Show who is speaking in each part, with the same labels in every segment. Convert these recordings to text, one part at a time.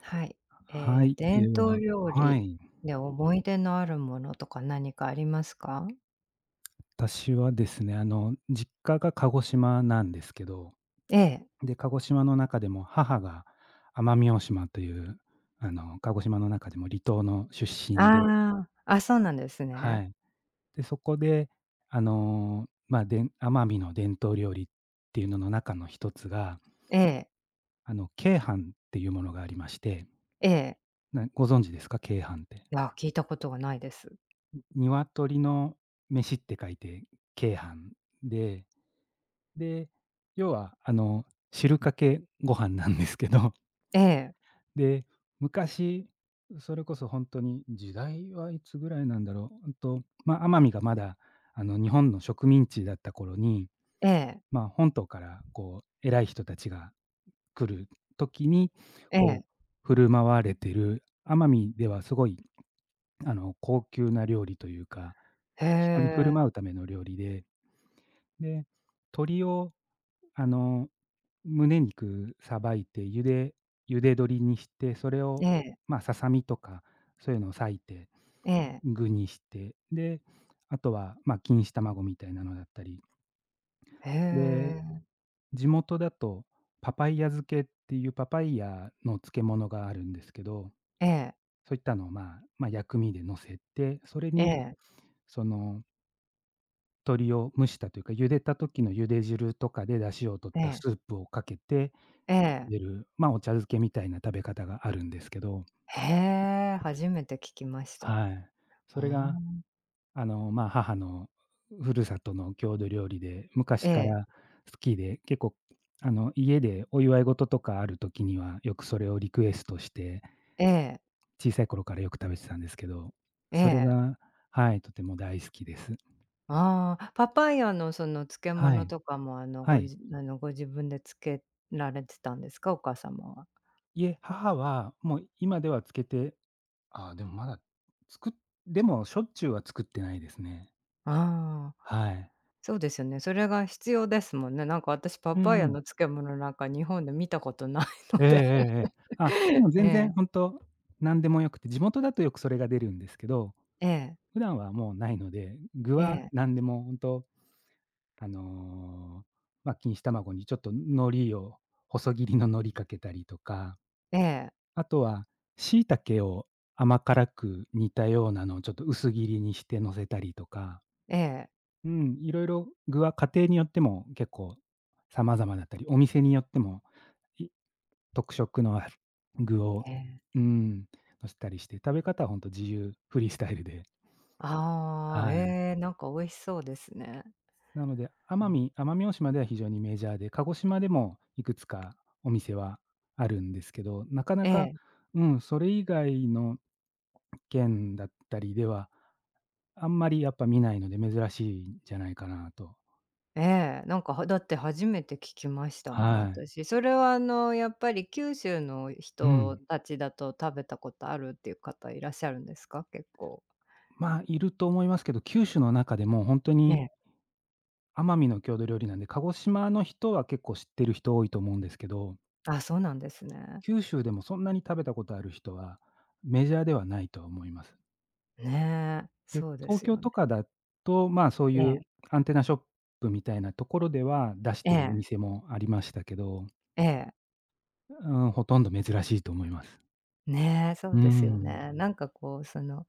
Speaker 1: はい。
Speaker 2: は
Speaker 1: え
Speaker 2: い、
Speaker 1: 伝
Speaker 2: で
Speaker 1: 統
Speaker 2: は、
Speaker 1: 料
Speaker 2: は
Speaker 1: 理
Speaker 2: い。
Speaker 1: で思い出のあるものとか何かありますか？
Speaker 2: 私はですね、実家が鹿児島なんですけど、
Speaker 1: ええ。
Speaker 2: で、鹿児島の中でも母が奄美大島という、鹿児島の中でも離島の出
Speaker 1: あ
Speaker 2: 身で、
Speaker 1: あ、あ、そうなんです
Speaker 2: は
Speaker 1: ね。
Speaker 2: い。で、そこで、まあ、奄美の伝統料理っていうのの中の一つが、
Speaker 1: ええ、
Speaker 2: 鶏飯っていうものがありまして、
Speaker 1: ええ。
Speaker 2: ご存知ですか？鶏飯って。
Speaker 1: いや、聞いたことがないです。
Speaker 2: 鶏の飯って書いて鶏飯でで、要は、汁かけご飯なんですけど、
Speaker 1: ええ、
Speaker 2: で、昔、それこそ本当に時代はいつぐらいなんだろう、まあ、奄美がまだ、日本の植民地だった頃に、
Speaker 1: ええ、
Speaker 2: まあ、本島からこう偉い人たちが来る時に、
Speaker 1: え
Speaker 2: こう
Speaker 1: え。
Speaker 2: 振る舞われてる、奄美ではすごい、高級な料理というか、
Speaker 1: へ
Speaker 2: 人に振る
Speaker 1: え。
Speaker 2: 舞うための料理で、で、鳥をあの、胸肉さばいて、ゆで鶏にして、それを、
Speaker 1: ええ、
Speaker 2: まあ、ささみとか、そういうのを裂いて、
Speaker 1: ええ。
Speaker 2: 具にして、で、あとは、まあ、錦糸卵みたいなのだったり、
Speaker 1: へ
Speaker 2: で、
Speaker 1: え。
Speaker 2: 地元だとパパイヤ漬けっていうパパイヤの漬物があるんですけど、
Speaker 1: ええ、
Speaker 2: そういったのを、まあまあ、薬味で乗せて、それ
Speaker 1: え
Speaker 2: に、
Speaker 1: え、
Speaker 2: その、鶏を蒸したというか、茹でた時の茹で汁とかで出汁を取っ
Speaker 1: え
Speaker 2: たス
Speaker 1: え、
Speaker 2: ープをかけて
Speaker 1: ええ。
Speaker 2: 出る、まあ、お茶漬けみたいな食べ方があるんですけど、
Speaker 1: へえ、初めて聞きました。
Speaker 2: はい。
Speaker 1: う
Speaker 2: それが、
Speaker 1: ん。
Speaker 2: まあ、母の故郷の郷土料理で、昔から好きで、結構、家でお祝い事とかある時には、よくそれをリクエストして、
Speaker 1: ええ、
Speaker 2: 小さい頃からよく食べてたんですけど、
Speaker 1: ええ、
Speaker 2: それ
Speaker 1: ええ。
Speaker 2: が、はい、とても大好きです。
Speaker 1: ああ、パパイヤのその漬
Speaker 2: は
Speaker 1: 物
Speaker 2: い。
Speaker 1: とかも、
Speaker 2: は
Speaker 1: ご
Speaker 2: い。
Speaker 1: じあの、ご自分で漬けられてたんですか？お母様は。
Speaker 2: いえ、母はもう今ではつけて、ああ、でもまだ、つくでもしょっちゅうは作ってないですね。
Speaker 1: ああ、
Speaker 2: はい。
Speaker 1: そうですよね。それが必要ですもんね。なんか私パ
Speaker 2: う
Speaker 1: パイ
Speaker 2: んう
Speaker 1: ヤ
Speaker 2: ん。
Speaker 1: の漬物なんか日本で見たことないの
Speaker 2: えええ
Speaker 1: で。
Speaker 2: えええ。あ、でも
Speaker 1: え
Speaker 2: 全
Speaker 1: え、
Speaker 2: 然ほんと、何でも良くて、地元だとよくそれが出るんですけど、
Speaker 1: ええ、
Speaker 2: 普段はもうないので、具
Speaker 1: え
Speaker 2: は
Speaker 1: え、
Speaker 2: 何でもほんと、あの、ま、錦糸卵にちょっと海苔を細切りの海苔かけたりとか、
Speaker 1: ええ、
Speaker 2: あとは椎茸を甘辛く煮たようなのをちょっと薄切りにして乗せたりとか、
Speaker 1: ええ、
Speaker 2: うん、色々具は家庭によっても結構様々だったり、お店によっても、い特色のある具を、
Speaker 1: ええ。
Speaker 2: うん、のせたりして、食べ方はほんと自由、フリースタイルで。
Speaker 1: ああ、
Speaker 2: はい。
Speaker 1: ええ、なんか美味しそうですね。
Speaker 2: なので、
Speaker 1: う
Speaker 2: 奄
Speaker 1: ん。
Speaker 2: 美奄美大島では非常にメジャーで、鹿児島でもいくつかお店はあるんですけど、なかな
Speaker 1: え
Speaker 2: か、
Speaker 1: え。
Speaker 2: うん、それ以外の県だったりでは、あんまりやっぱ見ないので珍しいんじゃないかなと。
Speaker 1: ええ、なんか、だって初めて聞きましたもん、
Speaker 2: はい。
Speaker 1: 私。それはやっぱり九州の
Speaker 2: う
Speaker 1: 人
Speaker 2: ん。
Speaker 1: たちだと食べたことあるっていう方いらっしゃるんですか？結構。
Speaker 2: まあ、いると思いますけど、九州の中でもほんと
Speaker 1: え
Speaker 2: に
Speaker 1: え。
Speaker 2: 奄美の郷土料理なんで、鹿児島の人は結構知ってる人多いと思うんですけど、
Speaker 1: あ、そうなんですね。
Speaker 2: 九州でもそんなに食べたことある人はメジャーではないとは思います。
Speaker 1: ねえ、
Speaker 2: で、
Speaker 1: そうで
Speaker 2: 東
Speaker 1: す
Speaker 2: 京
Speaker 1: よね。
Speaker 2: とかだと、まあ、そう
Speaker 1: え
Speaker 2: い
Speaker 1: え、
Speaker 2: うアンテナショップみたいなところでは出し
Speaker 1: え
Speaker 2: てるお
Speaker 1: え、
Speaker 2: 店もありましたけど、
Speaker 1: ええ。
Speaker 2: うん、ほとんど珍しいと思います。
Speaker 1: ね、えそ
Speaker 2: う
Speaker 1: う
Speaker 2: ー
Speaker 1: ですよ
Speaker 2: ん、
Speaker 1: ね。なんかこう、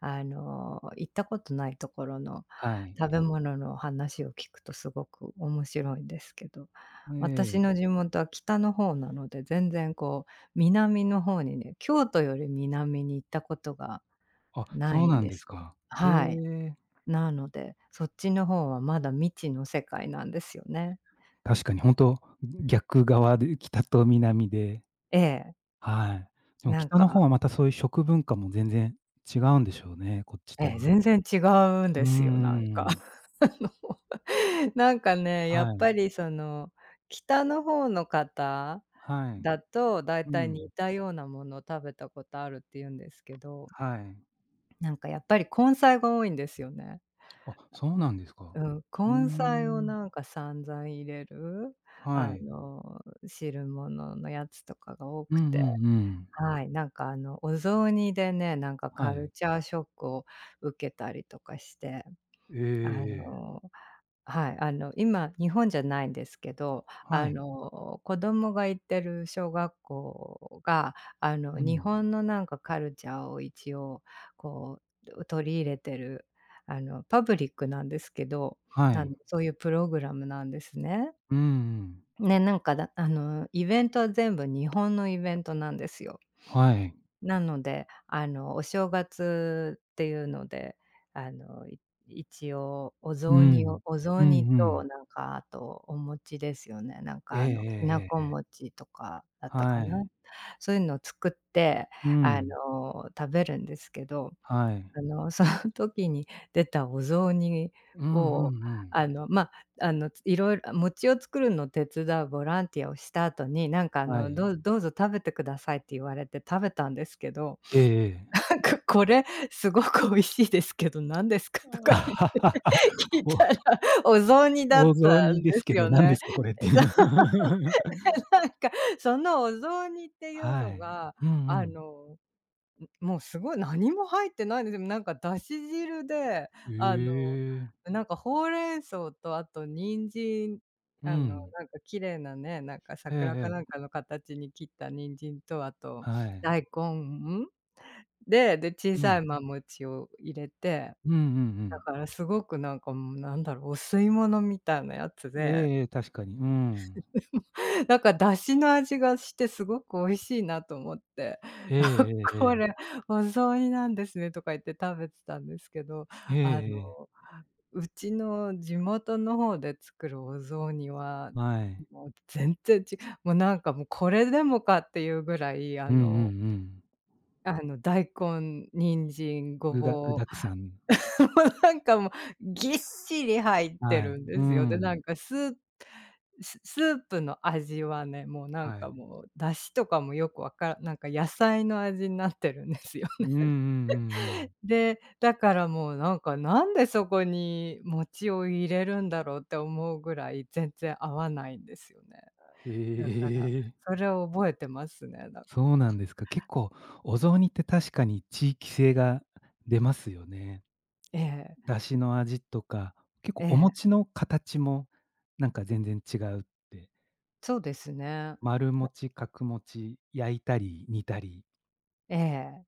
Speaker 1: 行ったことないところの
Speaker 2: はい。
Speaker 1: 食べ物の話を聞くとすごく面白いんですけど、
Speaker 2: え
Speaker 1: 私の
Speaker 2: え。
Speaker 1: 地元は北の方なので、全然こう南の方にね、京都より南に行ったことが
Speaker 2: あ、
Speaker 1: な
Speaker 2: そう
Speaker 1: いん
Speaker 2: なん
Speaker 1: で
Speaker 2: です
Speaker 1: すよ。
Speaker 2: か。へ
Speaker 1: はい。
Speaker 2: え。
Speaker 1: なので、そっちの方はまだ未知の世界なんですよね。
Speaker 2: 確かに本当逆側で北と南で、
Speaker 1: ええ、
Speaker 2: はい。でも
Speaker 1: なん
Speaker 2: 北の方
Speaker 1: か、
Speaker 2: はまたそういう食文化も全然違うんでしょうね、こっちと
Speaker 1: ええ、
Speaker 2: は。
Speaker 1: 全然違うん
Speaker 2: うー
Speaker 1: ですよ、なんか。
Speaker 2: ん。
Speaker 1: あの なんかね、や
Speaker 2: は
Speaker 1: っ
Speaker 2: い。
Speaker 1: ぱりその、北の方の方
Speaker 2: はい。
Speaker 1: だと、だい
Speaker 2: う
Speaker 1: たい似
Speaker 2: ん。
Speaker 1: たようなものを食べたことあるって言うんですけど、
Speaker 2: はい。
Speaker 1: なんかやっぱり根菜が多いんですよね。
Speaker 2: あ、そうなんですか。
Speaker 1: う
Speaker 2: うー
Speaker 1: ん、根菜を
Speaker 2: ん。
Speaker 1: なんか散々入れる、
Speaker 2: は
Speaker 1: あ
Speaker 2: い。
Speaker 1: の、汁物のやつとかが多
Speaker 2: うん
Speaker 1: く
Speaker 2: うんう
Speaker 1: て、
Speaker 2: ん。
Speaker 1: はい、なんかお雑煮でね、なんかカ
Speaker 2: は
Speaker 1: ル
Speaker 2: い。
Speaker 1: チャーショックを受けたりとかして、
Speaker 2: え
Speaker 1: あ
Speaker 2: えええ、
Speaker 1: のはい、今、日本じゃないんですけど、
Speaker 2: はい。
Speaker 1: 子供が行ってる小学校が、
Speaker 2: う
Speaker 1: 日
Speaker 2: ん。
Speaker 1: 本のなんかカルチャーを一応こう、取り入れてる、パブリックなんですけど、
Speaker 2: はい。
Speaker 1: そういうプログラムなんですね。
Speaker 2: うんうん。
Speaker 1: ね、なんかだあの、イベントは全部日本のイベントなんですよ。
Speaker 2: はい。
Speaker 1: なので、お正月っていうので、あの、い一応
Speaker 2: うん。
Speaker 1: お雑
Speaker 2: う
Speaker 1: 煮
Speaker 2: んう
Speaker 1: と、
Speaker 2: ん。
Speaker 1: なんか、あとお餅ですよね。なん
Speaker 2: ええ
Speaker 1: か、きな
Speaker 2: え
Speaker 1: こ
Speaker 2: えええ、
Speaker 1: 餅とかだったか
Speaker 2: はい。
Speaker 1: な。そういうのを作って、
Speaker 2: うん。
Speaker 1: 食べるんですけど
Speaker 2: はい。
Speaker 1: その時に出たお雑煮
Speaker 2: うんう
Speaker 1: を、
Speaker 2: んうん。
Speaker 1: あの、ま、いろいろ餅を作るのを手伝うボランティアをした後に、なんか
Speaker 2: はい。
Speaker 1: どうぞ食べてくださいって言われて食べたんですけど、
Speaker 2: ええええ。
Speaker 1: なんかこれすごく美味しいですけど、何ですか？とかい 聞いたら、
Speaker 2: お
Speaker 1: お雑煮だっ
Speaker 2: お
Speaker 1: た
Speaker 2: 雑
Speaker 1: ん
Speaker 2: 煮
Speaker 1: で
Speaker 2: ですけ
Speaker 1: す
Speaker 2: ど、
Speaker 1: よ
Speaker 2: 何で
Speaker 1: ね。
Speaker 2: すかこれってい
Speaker 1: そう、
Speaker 2: う。
Speaker 1: なんか、そのお雑煮っていう
Speaker 2: は
Speaker 1: の
Speaker 2: い。
Speaker 1: が、
Speaker 2: うんう
Speaker 1: あ
Speaker 2: ん。
Speaker 1: のもうすごい何も入ってないんですよ。なんかだし汁で、あの、
Speaker 2: ええ。
Speaker 1: なんかほうれん草とあと人参、
Speaker 2: う
Speaker 1: な
Speaker 2: ん。
Speaker 1: んか綺麗なね、なんか
Speaker 2: ええ
Speaker 1: 桜かなん
Speaker 2: ええ。
Speaker 1: かの形に切った人参と、あと
Speaker 2: はい。
Speaker 1: 大根で、小
Speaker 2: う
Speaker 1: さ
Speaker 2: ん。
Speaker 1: いもちを入れて、
Speaker 2: うんうんう
Speaker 1: だ
Speaker 2: ん。
Speaker 1: からすごくなんかもうなんだろう、お吸い物みたいなやつ
Speaker 2: ええ
Speaker 1: で
Speaker 2: ええ、確かに。うん。
Speaker 1: なんか出汁の味がしてすごく美味しいなと思って、
Speaker 2: え
Speaker 1: あ、
Speaker 2: ええええ
Speaker 1: こ
Speaker 2: え。
Speaker 1: れお雑煮なんですねとか言って食べてたんですけど、
Speaker 2: え
Speaker 1: あ
Speaker 2: えええ。
Speaker 1: の、うちの地元の方で作るお雑煮は、
Speaker 2: はい。
Speaker 1: もう全然ちもうなんかもうこれでもかっていうぐらい、
Speaker 2: うんうんうん。
Speaker 1: 大根、人参、ご
Speaker 2: 具が具
Speaker 1: ぼう
Speaker 2: 沢山。
Speaker 1: もうなんかもう、ぎっしり入って
Speaker 2: はい。
Speaker 1: るん
Speaker 2: う
Speaker 1: ですよ。で、な
Speaker 2: ん。
Speaker 1: んかスープの味はね、もうなん
Speaker 2: はい。
Speaker 1: かもう、出汁とかもよくわからなんか野菜の味になってるんですよ。
Speaker 2: うんうんうんう ん。
Speaker 1: で、だからもうなんか、なんでそこに餅を入れるんだろうって思うぐらい、全然合わないんですよね。
Speaker 2: へ
Speaker 1: だから、
Speaker 2: え。
Speaker 1: それを覚えてますね、なんか
Speaker 2: そう
Speaker 1: こ
Speaker 2: な
Speaker 1: う。
Speaker 2: んですか。結構お雑煮って確かに地域性が出ますよね。
Speaker 1: ええ、
Speaker 2: 出汁の味とか、結
Speaker 1: え
Speaker 2: 構お
Speaker 1: え、
Speaker 2: 餅の形もなんか全然違うって、
Speaker 1: そうですね。
Speaker 2: 丸餅、角餅、焼いたり煮たり、
Speaker 1: ええ。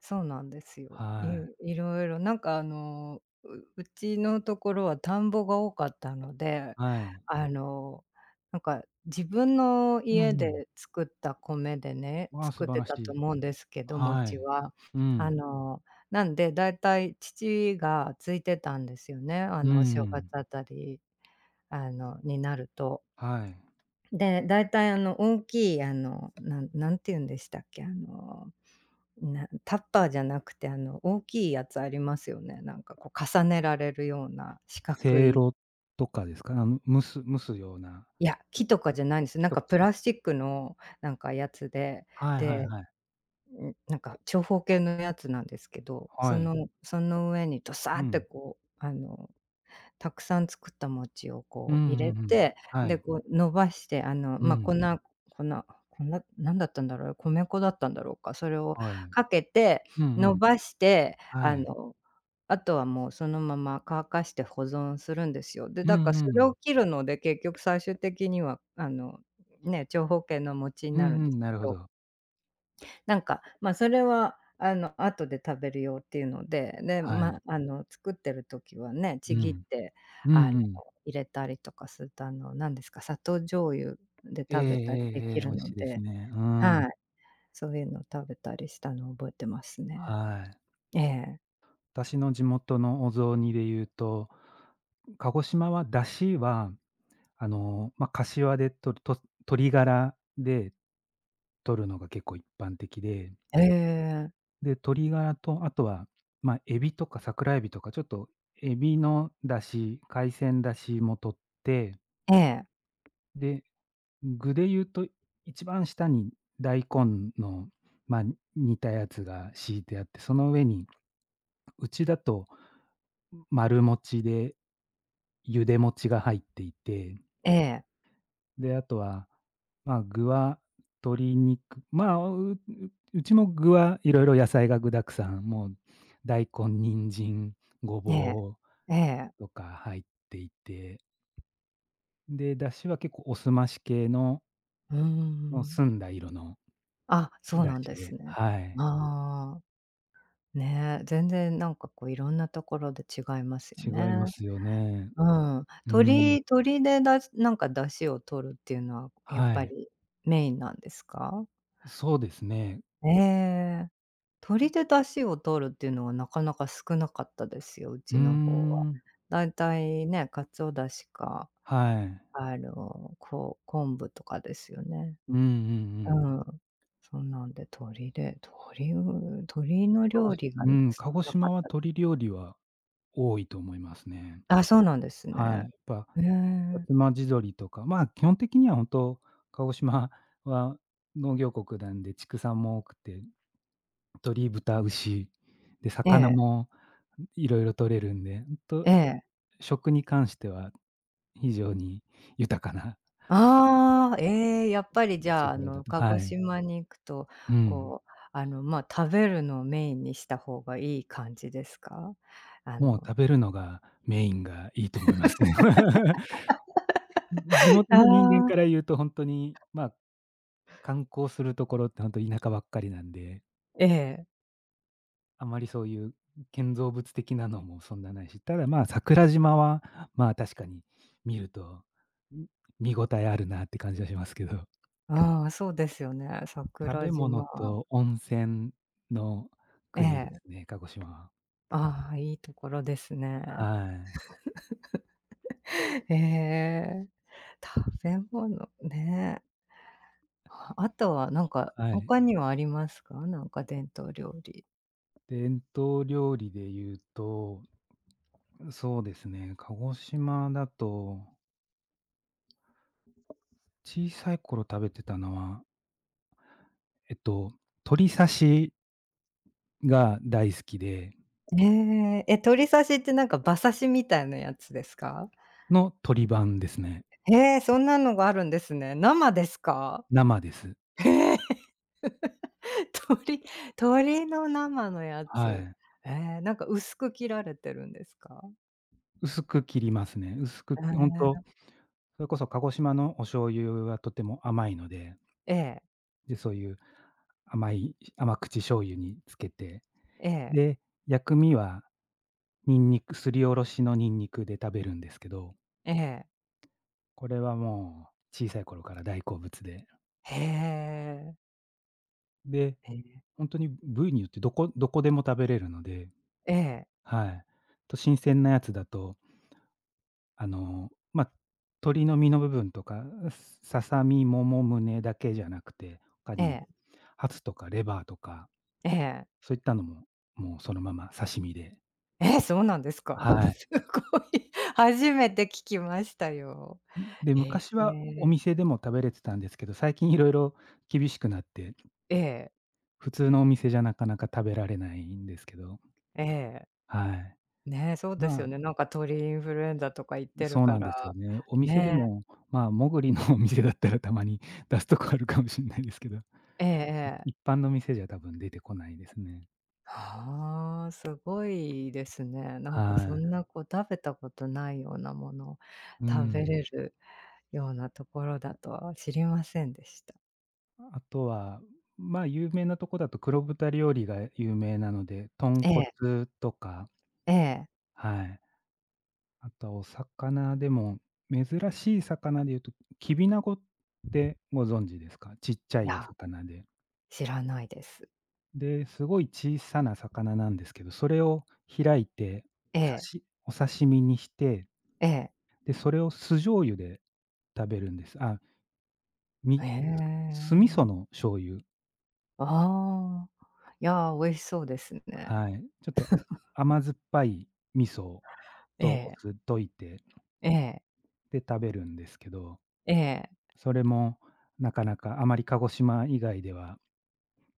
Speaker 1: そうなんですよ。い
Speaker 2: はい、
Speaker 1: いろいろなんかうちのところは田んぼが多かったので、
Speaker 2: はい。
Speaker 1: あの、なんか自分の
Speaker 2: うんう
Speaker 1: 家
Speaker 2: ん。
Speaker 1: で作った米でね、
Speaker 2: わあ、
Speaker 1: 作
Speaker 2: 素
Speaker 1: っ
Speaker 2: 晴
Speaker 1: て
Speaker 2: らし
Speaker 1: たと
Speaker 2: い。
Speaker 1: 思うんですけど、
Speaker 2: は
Speaker 1: 餅
Speaker 2: い。
Speaker 1: は。
Speaker 2: う
Speaker 1: あ
Speaker 2: ん。
Speaker 1: の、なんでだいたい父がついてたんですよね、
Speaker 2: うん
Speaker 1: お正
Speaker 2: う
Speaker 1: 月
Speaker 2: ん。
Speaker 1: あたり、になると。
Speaker 2: はい。
Speaker 1: で、だいたい大きいなんて言うんでしたっけ、あのなタッパーじゃなくて、大きいやつありますよね。なんかこう重ねられるような四角
Speaker 2: せい
Speaker 1: い。
Speaker 2: ろとかですか？蒸すような、
Speaker 1: いや、
Speaker 2: おっ
Speaker 1: 木と
Speaker 2: き
Speaker 1: か
Speaker 2: い
Speaker 1: じゃないんですよ。
Speaker 2: 木
Speaker 1: なん
Speaker 2: と
Speaker 1: か
Speaker 2: かじ
Speaker 1: プ
Speaker 2: ゃな
Speaker 1: ラ
Speaker 2: くて、
Speaker 1: スチックのなんかやつで、
Speaker 2: はいはい
Speaker 1: で、
Speaker 2: はい。
Speaker 1: なんか長方形のやつなんですけど、そ
Speaker 2: はい。
Speaker 1: のその上にドサ
Speaker 2: う
Speaker 1: ーって
Speaker 2: ん。
Speaker 1: こう、たくさん作った餅を
Speaker 2: うんう
Speaker 1: こう入れ
Speaker 2: んうん。
Speaker 1: て、
Speaker 2: は
Speaker 1: で、
Speaker 2: い。
Speaker 1: こう伸ばして、
Speaker 2: うん。
Speaker 1: 粉、なんだったんだろう、米粉だったんだろうか、それを
Speaker 2: はい。
Speaker 1: かけて、
Speaker 2: うんう
Speaker 1: 伸
Speaker 2: ん。
Speaker 1: ばして、
Speaker 2: はい。
Speaker 1: あとはもうそのまま乾かして保存するんですよ。で、
Speaker 2: う
Speaker 1: だから
Speaker 2: んう
Speaker 1: それ
Speaker 2: ん。
Speaker 1: を切るので、結局最終的には、ね、長方形の餅に
Speaker 2: う
Speaker 1: なるん
Speaker 2: んう
Speaker 1: です
Speaker 2: ん、な
Speaker 1: け
Speaker 2: るほ
Speaker 1: ど。
Speaker 2: ど。
Speaker 1: なんか、それは、後で食べるよっていうので、で、
Speaker 2: はい。
Speaker 1: 作ってる時はね、
Speaker 2: う
Speaker 1: ちぎっ
Speaker 2: ん。
Speaker 1: て、
Speaker 2: うん
Speaker 1: あの、
Speaker 2: うん。
Speaker 1: 入れたりとかすると、なんですか、砂糖醤油で
Speaker 2: えええ
Speaker 1: 食べたり
Speaker 2: え
Speaker 1: で
Speaker 2: え
Speaker 1: き
Speaker 2: え、美
Speaker 1: る
Speaker 2: 味し
Speaker 1: の
Speaker 2: いです
Speaker 1: で、
Speaker 2: ね。う
Speaker 1: は
Speaker 2: ん。
Speaker 1: い、そういうのを食べたりしたのを覚えてますね。
Speaker 2: はい。
Speaker 1: ええ。
Speaker 2: 私の地元のお雑煮で言うと、鹿児島は出汁は、ま、柏でとると鶏ガラで取るのが結構一般的で、
Speaker 1: へえ。
Speaker 2: で、鶏ガラとあとは、ま、エビとか桜エビとかちょっとエビの出汁、海鮮出汁も取って、
Speaker 1: ええ。
Speaker 2: で、具で言うと、一番下に大根の、まあ、煮たやつが敷いてあって、その上に、うちだと丸餅でゆで餅が入っていて、
Speaker 1: ええ。
Speaker 2: で、あとは、まあ、具は鶏肉、まあ、うちも具はいろいろ野菜が具沢山、もう大根、人参、ご
Speaker 1: ええ。
Speaker 2: ぼう
Speaker 1: ええ。
Speaker 2: とか入っていて、で、だしは結構おすまし系の、
Speaker 1: うー
Speaker 2: もう
Speaker 1: ん。
Speaker 2: 澄んだ色の
Speaker 1: あ、そう
Speaker 2: だ
Speaker 1: なん
Speaker 2: し
Speaker 1: です
Speaker 2: で、
Speaker 1: ね。
Speaker 2: はい。
Speaker 1: ああ、ね、全然なんかこういろんなところで違いますよ
Speaker 2: 違いま
Speaker 1: ね。
Speaker 2: すよね。
Speaker 1: うん、
Speaker 2: う
Speaker 1: 鶏
Speaker 2: ん、
Speaker 1: 鶏でだしなんか出汁を取るっていうのは、やっ
Speaker 2: は
Speaker 1: ぱ
Speaker 2: い。
Speaker 1: りメインなんですか？
Speaker 2: そうですね。
Speaker 1: ええ。鶏で出汁を取るっていうのはなかなか少なかったですよ、う
Speaker 2: うー
Speaker 1: ちの方は。
Speaker 2: ん、
Speaker 1: だいたいね、鰹出汁か、
Speaker 2: はい。
Speaker 1: こう昆布とかですよね。
Speaker 2: うんうんう
Speaker 1: う
Speaker 2: ん。
Speaker 1: ん、そうなんで、鶏で、鶏、う鶏
Speaker 2: 結
Speaker 1: の
Speaker 2: 構鹿児
Speaker 1: 料
Speaker 2: し
Speaker 1: 理が
Speaker 2: うん、
Speaker 1: 少
Speaker 2: 鹿児
Speaker 1: な
Speaker 2: 島
Speaker 1: かっ
Speaker 2: は
Speaker 1: た。
Speaker 2: 鶏料理は多いと思いますね。
Speaker 1: あ、そうなんです
Speaker 2: はい。やっ
Speaker 1: ね。
Speaker 2: ぱ、
Speaker 1: へ
Speaker 2: 薩
Speaker 1: え。
Speaker 2: 摩地鶏とか、まあ、基本的には本当、鹿児島は農業国なんで、畜産も多くて、鶏、豚、牛、で、
Speaker 1: え
Speaker 2: 魚
Speaker 1: え、
Speaker 2: もいろいろ取れるんで、ほんと
Speaker 1: ええ。
Speaker 2: 食に関しては非常に豊かな
Speaker 1: ああ、ええ、やっぱりじ
Speaker 2: 土
Speaker 1: ゃ
Speaker 2: 地
Speaker 1: あ、
Speaker 2: 柄だと、
Speaker 1: 鹿
Speaker 2: は
Speaker 1: 児
Speaker 2: い。
Speaker 1: 島に行くと、
Speaker 2: うん。
Speaker 1: こう、食べるのをメインにした方がいい感じですか？あ
Speaker 2: もう
Speaker 1: の
Speaker 2: 食べるのがメインがいいと思いますね。地
Speaker 1: あ
Speaker 2: 元の人間
Speaker 1: あ、
Speaker 2: から言うと本当に、まあ、観光するところって本当田舎ばっかりなんで、
Speaker 1: ええ、
Speaker 2: あまりそういう建造物的なのもそんなないし、ただ、まあ、桜島は、まあ、確かに見ると、ん、見応えあるなって感じはしますけど。
Speaker 1: ああ、そうですよね、
Speaker 2: 食
Speaker 1: 桜
Speaker 2: べ物
Speaker 1: 島。
Speaker 2: と温泉の
Speaker 1: え
Speaker 2: 国で
Speaker 1: え、
Speaker 2: すね、鹿児島は。
Speaker 1: ああ、いいところですね。
Speaker 2: はい。
Speaker 1: ええ、食べ物ね。あとはなんか、
Speaker 2: はい。
Speaker 1: 他にはありますか？なんか伝統料理。
Speaker 2: 伝統料理で言うと、そうですね。鹿児島だと、小さい頃食べてたのは、えっと、鶏刺しが大好きで、
Speaker 1: ええ、鳥刺しってなんか馬刺しみたいなやつですか？
Speaker 2: の鶏版ですね。
Speaker 1: へえ、そんなのがあるんですね。生ですか？
Speaker 2: 生です。
Speaker 1: 鳥鳥の生のや
Speaker 2: は
Speaker 1: つ。
Speaker 2: い。
Speaker 1: ええ、なんか薄く切られてるんですか？
Speaker 2: 薄く切りますね。薄
Speaker 1: え
Speaker 2: く、ほんと、
Speaker 1: え。
Speaker 2: それこそ鹿児島のお醤油はとても甘いので、
Speaker 1: え
Speaker 2: で、そういう甘口醤油につけて、
Speaker 1: え
Speaker 2: で、薬味はニンニクすりおろしのニンニクで食べるんですけど、
Speaker 1: ええええ。
Speaker 2: これはもう小さい頃から大好物で。
Speaker 1: へえ。
Speaker 2: で、
Speaker 1: ええ。
Speaker 2: ほんとに部位によってどこでも食べれるので、
Speaker 1: ええ。
Speaker 2: はい。と、新鮮なやつだと、ま、鶏の身の部分とか、ささみ、もも胸だけじゃなくて、他
Speaker 1: え
Speaker 2: にも
Speaker 1: え。
Speaker 2: ハツとかレバーとか、
Speaker 1: ええ。
Speaker 2: そういったのも、もうそのまま刺身で、
Speaker 1: ええ、そうなんですか？
Speaker 2: は い。
Speaker 1: すごい。初めて聞きましたよ。
Speaker 2: で、
Speaker 1: へ
Speaker 2: 昔はお
Speaker 1: え。
Speaker 2: 店でも食べれてたんですけど、最近色々厳しくなって、
Speaker 1: ええ。
Speaker 2: 普通のお店じゃなかなか食べられないんですけど、
Speaker 1: ええ。
Speaker 2: はい。
Speaker 1: ね、そう
Speaker 2: ま
Speaker 1: ですよ
Speaker 2: あ、
Speaker 1: ね。なんか鳥インフルエンザとか言ってる
Speaker 2: そう
Speaker 1: か
Speaker 2: なんですよ
Speaker 1: ら。
Speaker 2: ね。お店で
Speaker 1: ね。
Speaker 2: も、まあ、もぐりの お店だったらたまに出すとこあるかもしれないですけど、
Speaker 1: ええ
Speaker 2: 一
Speaker 1: え
Speaker 2: 般の店じゃ多分出てこないですね。
Speaker 1: ああ、すごいですね。なんかそ
Speaker 2: は
Speaker 1: ん
Speaker 2: い。
Speaker 1: なこう食べたことないようなものを
Speaker 2: う
Speaker 1: 食べれ
Speaker 2: ん。
Speaker 1: るようなところだとは知りませんでした。
Speaker 2: あとは、まあ、有名なとこだと黒豚料理が有名なので、豚
Speaker 1: ええ、
Speaker 2: 骨とか、
Speaker 1: ええ。
Speaker 2: はい。あとはお魚でも、珍しい魚で言うと、きびなごってご存知ですか？ちっちゃ
Speaker 1: い
Speaker 2: いお
Speaker 1: や、
Speaker 2: 魚で。
Speaker 1: 知らないです。
Speaker 2: で、すごい小さな魚なんですけど、それを開いて、
Speaker 1: ええ、
Speaker 2: お刺身にして、
Speaker 1: ええ。
Speaker 2: で、それを酢醤油で食べるんです。あ、
Speaker 1: へ
Speaker 2: み酢味噌
Speaker 1: え。
Speaker 2: の醤油。
Speaker 1: ああ。いや、美味しそうですね。
Speaker 2: はい。ちょっと甘酸っぱい味噌
Speaker 1: え
Speaker 2: とお
Speaker 1: え、
Speaker 2: 酢溶いて、
Speaker 1: ええ、
Speaker 2: で、食べるんですけど、
Speaker 1: ええ。
Speaker 2: それもなかなかあまり鹿児島以外では、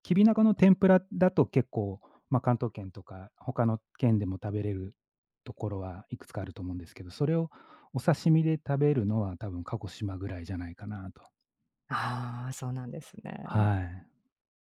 Speaker 2: きびなごの天ぷらだと結構、まあ、関東圏とか他の県でも食べれるところはいくつかあると思うんですけど、それをお刺身で食べるのは多分鹿児島ぐらいじゃないかなと。
Speaker 1: ああ、そうなんですね。
Speaker 2: はい。